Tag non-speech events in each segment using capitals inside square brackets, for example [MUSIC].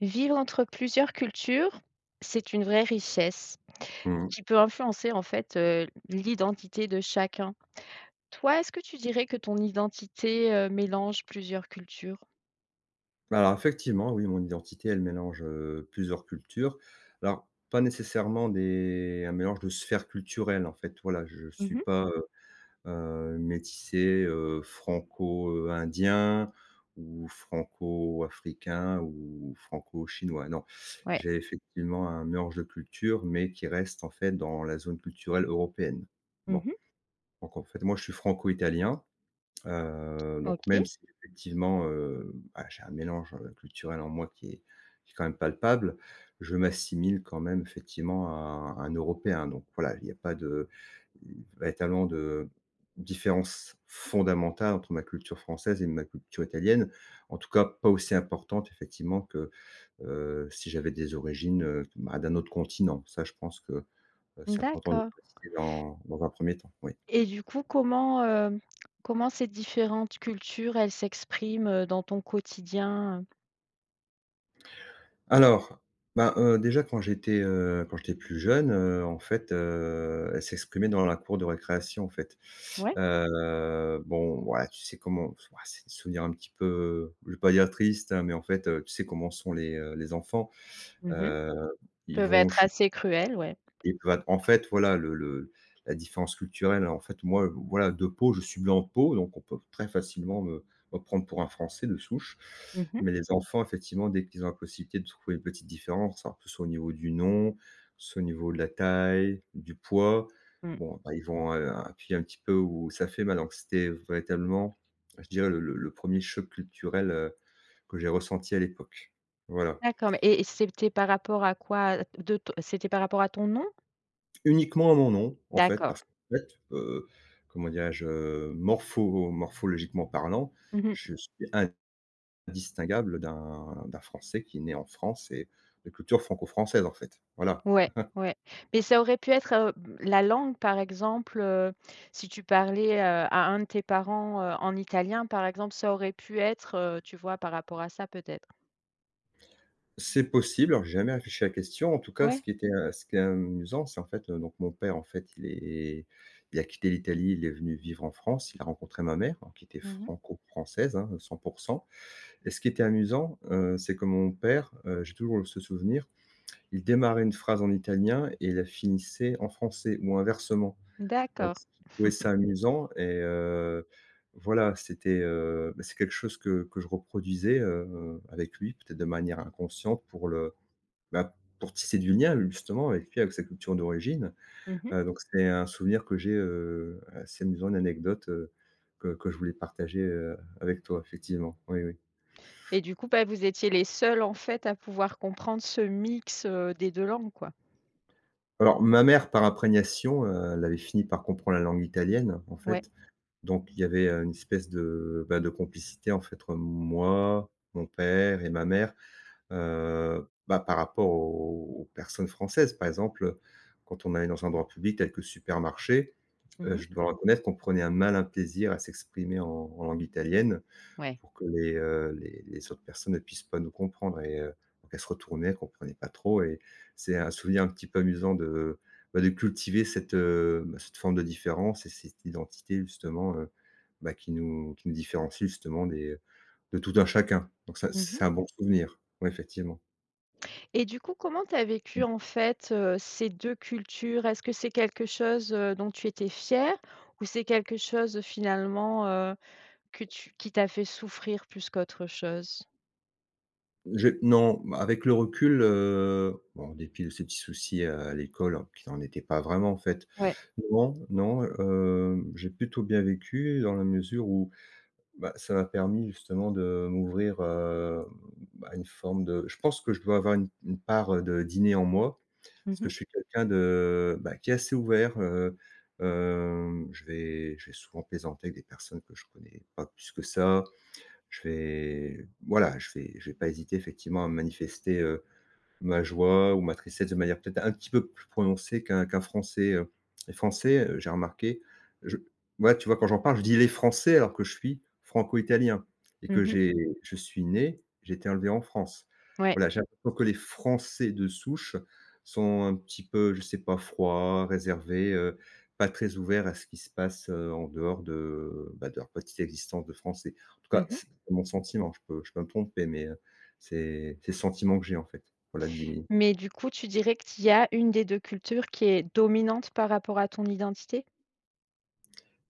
Vivre entre plusieurs cultures, c'est une vraie richesse Mmh. qui peut influencer l'identité de chacun. Toi, est-ce que tu dirais que ton identité, mélange plusieurs cultures? Alors effectivement, oui, mon identité, elle mélange, plusieurs cultures. Alors, pas nécessairement des un mélange de sphères culturelles, en fait. Voilà, je ne suis Mmh. pas, métissé, franco, indien ou franco-africain ou franco-chinois. Non, Ouais. j'ai effectivement un mélange de cultures, mais qui reste, en fait, dans la zone culturelle européenne. Bon, Mmh. donc en fait, moi, je suis franco-italien. Donc même OK. si effectivement, bah, j'ai un mélange, culturel en moi qui est quand même palpable, je m'assimile quand même effectivement à un Européen. Donc voilà, il n'y a pas de véritablement de différence fondamentale entre ma culture française et ma culture italienne. En tout cas, pas aussi importante effectivement que, si j'avais des origines, bah, d'un autre continent. Ça, je pense que, c'est important de le D'accord. préciser dans un premier temps, oui. Et du coup, comment, comment ces différentes cultures, elles s'expriment, dans ton quotidien? Alors, ben, déjà quand j'étais plus jeune, elle s'exprimait dans la cour de récréation, en fait. Ouais. Bon, voilà, tu sais comment ouah, c'est des souvenirs un petit peu, je vais pas dire triste, hein, mais en fait, tu sais comment sont les enfants. Mmh. Heu, ils Peuvent vont être assez cruelles, ouais. et bah, en fait, voilà, le la différence culturelle, en fait, moi, voilà, de peau, je suis blanc de peau, donc on peut très facilement me prendre pour un Français de souche. Mmh mh. Mais les enfants, effectivement, dès qu'ils ont la possibilité de trouver une petite différence, hein, que ce soit au niveau du nom, que ce soit au niveau de la taille, du poids, Mmh. bon, bah, ils vont, appuyer un petit peu où ça fait mal. Donc c'était véritablement, je dirais, le 1 choc culturel, que j'ai ressenti à l'époque. Voilà. D'accord, mais et c'était par rapport à quoi? De ton c'était par rapport à ton nom? Uniquement à mon nom, en fait, D'accord. parce qu'en fait, comment dirais-je? Morphologiquement parlant, Mhm. je suis indistinguable d'un Français qui est né en France et de culture franco-française, en fait. Voilà. Ouais, ouais. Mais ça aurait pu être, la langue, par exemple, si tu parlais, à un de tes parents, en italien, par exemple, ça aurait pu être, tu vois, par rapport à ça, peut-être? C'est possible, alors j'ai jamais réfléchi à la question. En tout cas, Ouais. Ce qui est amusant, c'est en fait, donc mon père, en fait, il a quitté l'Italie, il est venu vivre en France, il a rencontré ma mère, hein, qui était Mmh. franco-française, hein, 100% et ce qui était amusant, c'est que mon père, j'ai toujours ce souvenir. Il démarrait une phrase en italien et il la finissait en français ou inversement. Donc D'accord. ce qui Ça [LAUGHS] amusant et voilà, c'était, bah, c'est quelque chose que je reproduisais, avec lui, peut-être de manière inconsciente pour le bah, pour tisser du lien justement avec lui, avec sa culture d'origine. Mmh. Donc c'est un souvenir que j'ai, assez amusant, une anecdote, que je voulais partager, avec toi effectivement. Oui, oui. Et du coup, bah, vous étiez les seuls, en fait, à pouvoir comprendre ce mix, des 2 langues, quoi? Alors ma mère par imprégnation, elle avait fini par comprendre la langue italienne en Ouais. fait. Donc il y avait, une espèce de, bah, de complicité en fait entre moi, mon père et ma mère, bah, par rapport aux personnes françaises. Par exemple, quand on allait dans un endroit public tel que le supermarché, Mmh. je dois reconnaître qu'on prenait un malin plaisir à s'exprimer en langue italienne. Ouais. Pour que les, les autres personnes ne puissent pas nous comprendre et donc elle se retournait, elle ne comprenait pas trop et c'est un souvenir un petit peu amusant de, bah, de cultiver cette, bah, cette forme de différence et cette identité justement, bah, qui nous différencie justement des de tout un chacun. Donc ça, Mmh. c'est un bon souvenir. Ouais, effectivement. Et du coup, comment tu as vécu Mmh. en fait, ces 2 cultures? Est-ce que c'est quelque chose, dont tu étais fière ou c'est quelque chose finalement, que tu qui t'a fait souffrir plus qu'autre chose? J'ai non, bah, avec le recul, bon, en dépit de ces petits soucis à l'école, alors qui n'en étaient pas vraiment en fait. Ouais. Non, non, j'ai plutôt bien vécu dans la mesure où bah, ça m'a permis justement de m'ouvrir, à une forme de je pense que je dois avoir une part, de dîner en moi, Mmh parce que mh. je suis quelqu'un de, bah, qui est assez ouvert, je vais souvent plaisanter avec des personnes que je connais pas plus que ça. Je vais voilà, je vais pas hésiter effectivement à me manifester, ma joie ou ma tristesse de manière peut-être un petit peu plus prononcée qu'un Français. Les Français, j'ai remarqué, je ouais, tu vois, quand j'en parle, je dis: «Les Français» alors que je suis franco-italien et que Mmh. j'ai je suis né, j'ai été élevé en France. Ouais. Voilà, j'ai l'impression que les Français de souche sont un petit peu, je sais pas, froids, réservés, pas très ouverts à ce qui se passe, en dehors de, bah, de leur petite existence de Français. En tout cas, Mmh. c'est mon sentiment, je peux me tromper, mais c'est ce sentiment que j'ai, en fait. Voilà, dit Mais du coup, tu dirais qu'il y a une des 2 cultures qui est dominante par rapport à ton identité?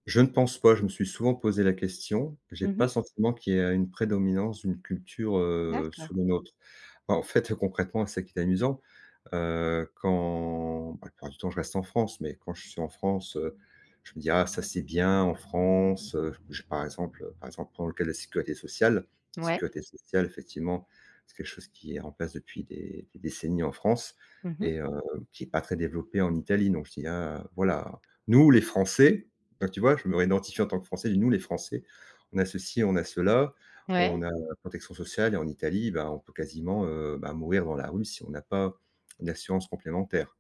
je ne pense pas, je me suis souvent posé la question. J'ai pas Mmh. le sentiment qu'il y a une prédominance d'une culture, sur D'accord. une autre. Bah, en fait, concrètement, c'est ça qui est amusant. Quand bah, la plupart du temps, je reste en France, mais quand je suis en France, je me dis: «Ah ça, c'est bien en France», je par exemple, prends le cas de la sécurité sociale. La Ouais. sécurité sociale, effectivement, c'est quelque chose qui est en place depuis des décennies en France Mmh. et qui est pas très développé en Italie. Donc je dis: «Ah voilà, nous les Français», donc tu vois? Je me réidentifie en tant que Français, je dis: «Nous les Français, on a ceci, on a cela, on Ouais. a la protection sociale» et en Italie, bah, on peut quasiment, bah, mourir dans la rue si on n'a pas d'assurance complémentaire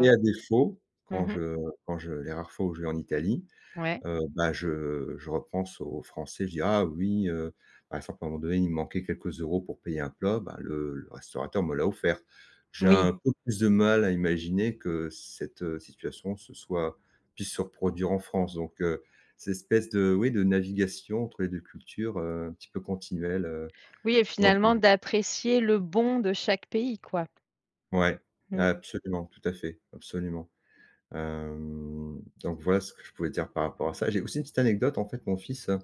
et à défaut, quand Mmh. je quand je les rares fois où je vais en Italie, Ouais. Bah, je repense aux Français, je dis: «Ah oui», par exemple, à un moment donné, il me manquait quelques euros pour payer un plat, bah, le restaurateur me l'a offert. J'ai Oui. un peu plus de mal à imaginer que cette, situation se soit puisse se reproduire en France donc cette espèce de oui, de navigation entre les 2 cultures, un petit peu continuelle, Oui et finalement d'apprécier le bon de chaque pays, quoi. ouais, Mmh. absolument, tout à fait, absolument. Donc voilà ce que je pouvais dire par rapport à ça. J'ai aussi une petite anecdote, en fait, mon fils,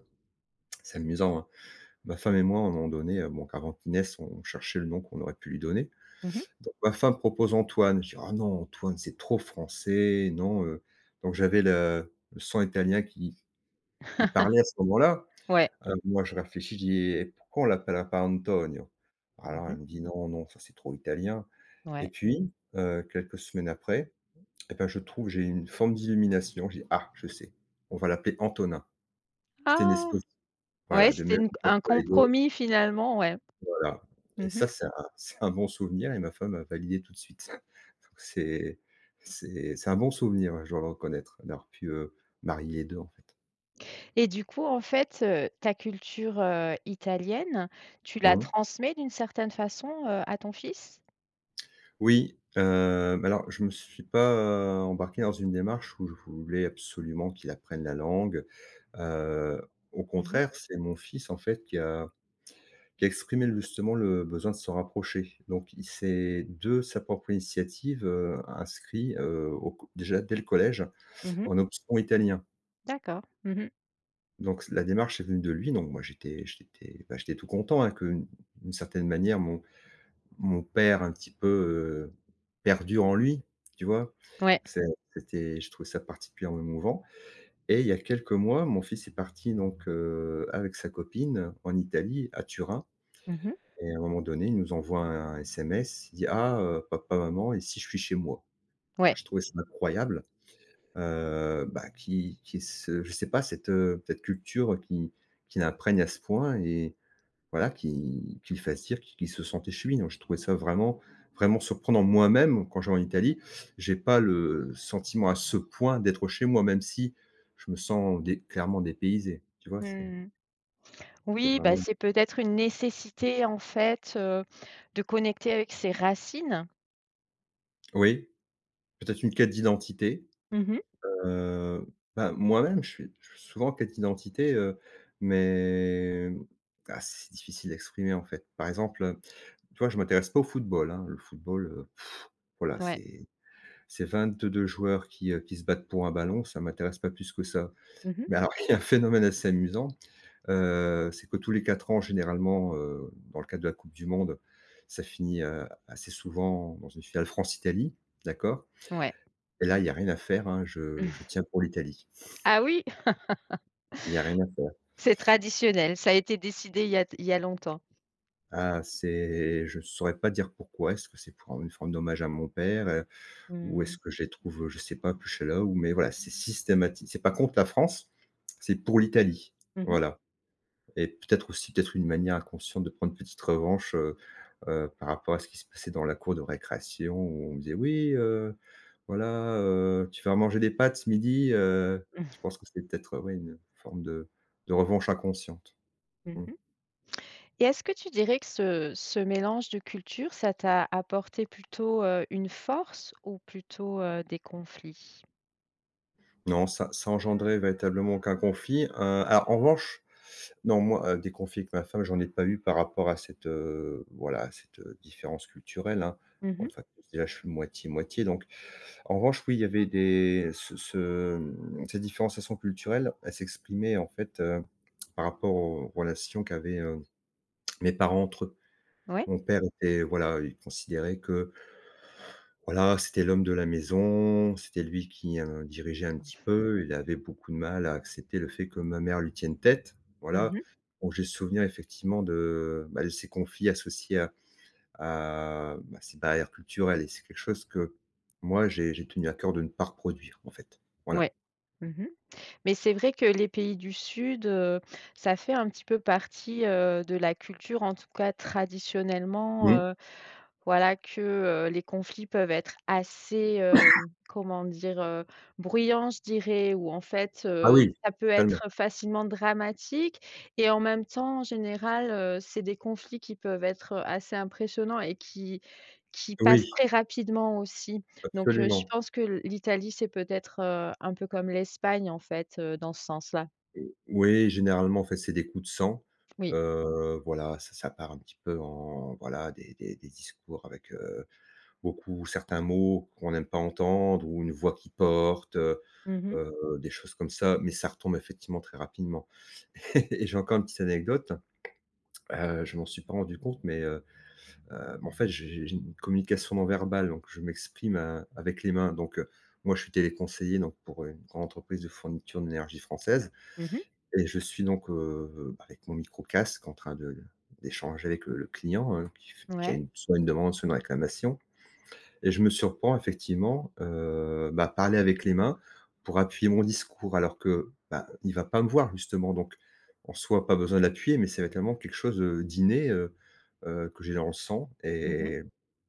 c'est amusant, hein. Ma femme et moi, à un moment donné, bon, avant qu'il naisse, on cherchait le nom qu'on aurait pu lui donner. Mmh. Donc ma femme propose Antoine. Je dis: «Ah non, Antoine, c'est trop français, non». Donc j'avais le sang italien qui parlait à ce moment-là. Ouais. Moi, je réfléchis, je dis: «Et pourquoi on l'appelle pas Antonio?» Mmh Alors mh. elle me dit: «Non, non, ça c'est trop italien» et Ouais. puis, quelques semaines après, et ben je trouve, j'ai une forme d'illumination. J'ai: «Ah, je sais, on va l'appeler Antonin». C'était une Ah! espèce Ouais, voilà, de c'était mélange une un entre les 2. compromis finalement, ouais. Voilà et Mmh mh. ça, c'est un [LAUGHS] c'est un bon souvenir et ma femme a validé tout de suite. [LAUGHS] Donc c'est un bon souvenir, ouais, je dois le reconnaître, d'avoir pu, marier les 2, en fait. Et du coup, en fait, ta culture, italienne, tu la Mmh. transmets d'une certaine façon, à ton fils? Oui, alors je me suis pas, embarqué dans une démarche où je voulais absolument qu'il apprenne la langue. Heu, au Mmh contraire, mh. c'est mon fils, en fait, qui exprimait justement le besoin de se rapprocher. Donc il s'est, de sa propre initiative, inscrit, au co déjà dès le collège, Mmh mh. en option italien. D'accord. Mmh mh. Donc la démarche est venue de lui, donc moi j'étais, bah, j'étais tout content, hein, que, d'une certaine manière, mon père un petit peu, perdure en lui, tu vois? Ouais. C'est c'était je trouvais ça particulièrement émouvant et il y a quelques mois, mon fils est parti donc, avec sa copine en Italie, à Turin. Mmh mh. Et à un moment donné, il nous envoie un SMS, il dit: «Ah, papa, maman, et si je suis chez moi?» Alors Ouais. je trouvais ça incroyable, bah, qui, qu'il y ce je sais pas cette culture qui l'imprègne à ce point et voilà, qui lui fasse dire qu'il se sentait chez lui. Donc je trouvais ça vraiment, vraiment surprenant. Moi-même, quand je vais en Italie, j'ai pas le sentiment à ce point d'être chez moi, même si je me sens dé clairement dépaysé, tu vois? C'est Mmh. c'est Oui, bah, vraiment c'est peut-être une nécessité en fait, de connecter avec ses racines. oui, peut-être une quête d'identité. Mmh mh. Heu, Bah, moi-même, je suis souvent en quête d'identité, mais ah, c'est difficile à exprimer, en fait. Par exemple, tu vois, je m'intéresse pas au football, hein. Le football, voilà, Ouais. c'est 22 joueurs qui se battent pour un ballon, ça m'intéresse pas plus que ça. Mmh mh. Mais alors, il y a un phénomène assez amusant, c'est que tous les 4 ans, généralement, dans le cadre de la coupe du monde, ça finit, assez souvent dans une finale France-Italie, d'accord? Ouais. Et là, il y a rien à faire, hein, je tiens pour l'Italie. Ah oui! Il y a rien à faire. C'est traditionnel, ça a été décidé il y a t il y a longtemps. Ah, c'est je saurais pas dire pourquoi. Est-ce que c'est pour une forme d'hommage à mon père, ou est-ce Mmh. que je les trouve, je sais pas, plus là. Ou mais voilà, c'est systématique. C'est pas contre la France, c'est pour l'Italie. Mmh mh. Voilà, et peut-être aussi, peut-être une manière inconsciente de prendre une petite revanche, par rapport à ce qui se passait dans la cour de récréation où on me disait: «Oui, voilà, tu vas manger des pâtes ce midi», je Mmh pense que c'est peut-être, ouais, une forme de revanche inconsciente. Mmh. mh. Et est-ce que tu dirais que ce mélange de cultures, ça t'a apporté plutôt, une force ou plutôt, des conflits? Non, ça engendrait véritablement aucun conflit, alors en revanche non, moi, des conflits avec ma femme, j'en ai pas eu par rapport à cette, voilà, à cette, différence culturelle, hein. Bon, Mmh. de toute façon, déjà, je suis moitié-moitié, donc en revanche, oui, il y avait des cette différenciation culturelle, elle s'exprimait, en fait, par rapport aux relations qu'avaient, mes parents entre eux. Ouais. Mon père était, voilà, il considérait que voilà, c'était l'homme de la maison, c'était lui qui, dirigeait un petit peu. Il avait beaucoup de mal à accepter le fait que ma mère lui tienne tête, voilà. Mmh. Donc j'ai souvenir effectivement de, bah, de ces conflits associés à bah, ces barrières culturelles, et c'est quelque chose que moi j'ai tenu à cœur de ne pas reproduire, en fait, voilà. Ouais. Mmh. Mais c'est vrai que les pays du sud, ça fait un petit peu partie, de la culture, en tout cas Mmh. traditionnellement, voilà que, les conflits peuvent être assez, hem, comment dire? Bruyants, je dirais, ou en fait, Ah oui, ça peut totalement. être facilement dramatique et en même temps, en général, c'est des conflits qui peuvent être assez impressionnants et qui passent Oui, très rapidement aussi. Donc, je absolument. pense que l'Italie, c'est peut-être, un peu comme l'Espagne, en fait, dans ce sens-là. Oui, généralement, en fait, c'est des coups de sang, Oui. Voilà, ça part un petit peu en voilà, des discours avec, heu. Beaucoup certains mots qu'on n'aime pas entendre ou une voix qui porte, Mmh mh. Des choses comme ça, mais ça retombe effectivement très rapidement. [LAUGHS] Et j'ai encore une petite anecdote, je m'en suis pas rendu compte, mais en fait, j'ai une communication non verbale, donc je m'exprime, avec les mains, donc moi, je suis téléconseiller, donc pour une grande entreprise de fourniture d'énergie française, Mmh. et je suis donc, avec mon micro casque en train de d'échanger avec le client, qui a Ouais. une soit une demande, soit une réclamation. Et je me surprends effectivement, bah, parler avec les mains pour appuyer mon discours alors que, bah, il va pas me voir justement, donc en soi, pas besoin de l'appuyer, mais c'est tellement quelque chose, d'inné, que j'ai dans le sang, et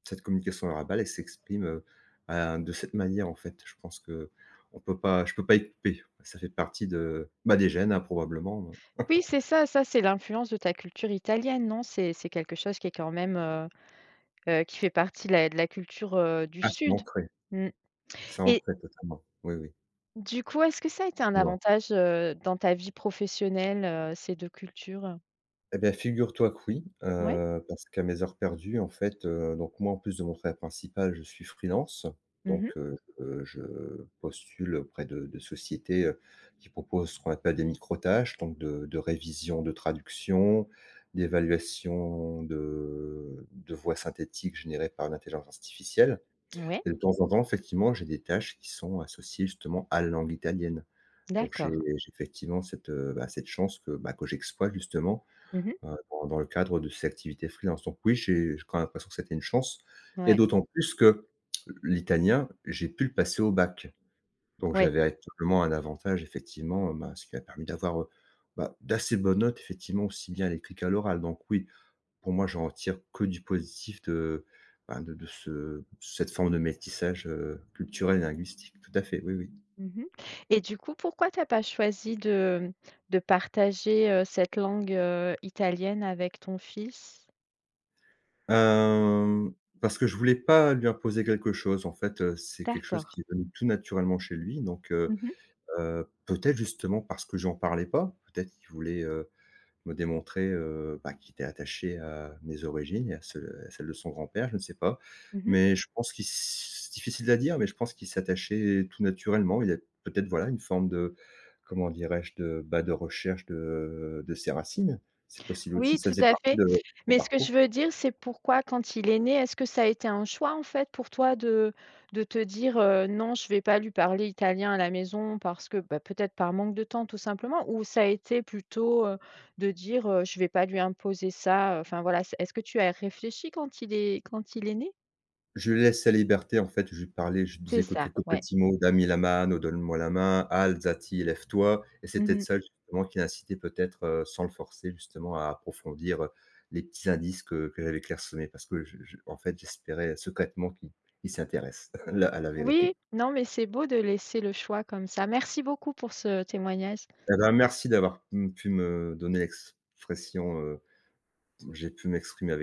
cette communication verbale, elle s'exprime, à de cette manière, en fait. Je pense que on peut pas je peux pas y couper. Ça fait partie de, bah, des gènes, hein, probablement. Oui, c'est ça, ça c'est l'influence de ta culture italienne, non? C'est quelque chose qui est quand même, qui fait partie de la culture, du Ah, sud? Mmh. c'est Et ancré totalement. Oui, du coup, est-ce que ça a été un oui. avantage, dans ta vie professionnelle, ces deux cultures? Eh bien, figure-toi que oui, Ouais? Parce qu'à mes heures perdues, en fait, donc moi, en plus de mon travail principal, je suis freelance. Mmh. Donc je postule auprès de sociétés, qui proposent ce qu'on appelle des micro-tâches, donc de révision, de traduction, d'évaluation de voix synthétiques générées par l'intelligence artificielle. Ouais, Et de temps en temps, effectivement, j'ai des tâches qui sont associées justement à la langue italienne. Donc j'ai d'accord. j'ai effectivement cette, bah, cette chance que, que j'exploite justement. Mmh mh. Dans le cadre de ces activités freelance. Donc oui, j'ai quand même l'impression que c'était une chance, et Ouais, d'autant plus que l'italien, j'ai pu le passer au bac. Donc ouais. j'avais tout simplement un avantage effectivement, bah, ce qui m'a permis d'avoir, bah, d'assez bonnes notes effectivement, aussi bien à l'écrit qu'à l'oral. Donc oui, pour moi, j'en retire que du positif de, bah, de ce cette forme de métissage, culturel et linguistique. Tout à fait, oui, oui. Mmh. Et du coup, pourquoi t'as pas choisi de partager, cette langue, italienne avec ton fils? Hem, Parce que je voulais pas lui imposer quelque chose en fait, c'est quelque chose D'accord. qui est venu tout naturellement chez lui, donc. Mmh mh. Peut-être justement parce que j'en parlais pas, peut-être qu'il voulait, me démontrer, bah, qu'il était attaché à mes origines et à ce à celles de son grand-père, je ne sais pas. Mmh. Mais je pense qu'il s c'est difficile à dire, mais je pense qu'il s'attachait tout naturellement. Il a peut-être, voilà, une forme de, comment dirais-je? De, bah, de recherche de ses racines. C'est possible aussi, Oui, ça tout faisait à partie fait. de son Mais ce que je parcours. veux dire, c'est pourquoi quand il est né, est-ce que ça a été un choix en fait pour toi de te dire, «Non, je vais pas lui parler italien à la maison» parce que, bah, peut-être par manque de temps tout simplement? Ou ça a été plutôt, de dire, «Je vais pas lui imposer ça», enfin voilà, c'est est-ce que tu as réfléchi quand il est né? Je lui laisse sa liberté, en fait, je lui parlais, je lui C'est disais que ça, quelques ouais. petits mots: «Dami la mano», «Donne-moi la main», «Al zati», «Lève-toi», et c'est peut-être Mmh. ça justement qui l'incitait peut-être, sans le forcer justement à approfondir, les petits indices que j'avais clairsemés parce que je en fait, j'espérais secrètement qu'il il s'intéresse [LAUGHS] à la Oui, vérité. non mais c'est beau de laisser le choix comme ça. Merci beaucoup pour ce témoignage. Eh ben, merci d'avoir, mmh, pu me donner l'expression, j'ai pu m'exprimer avec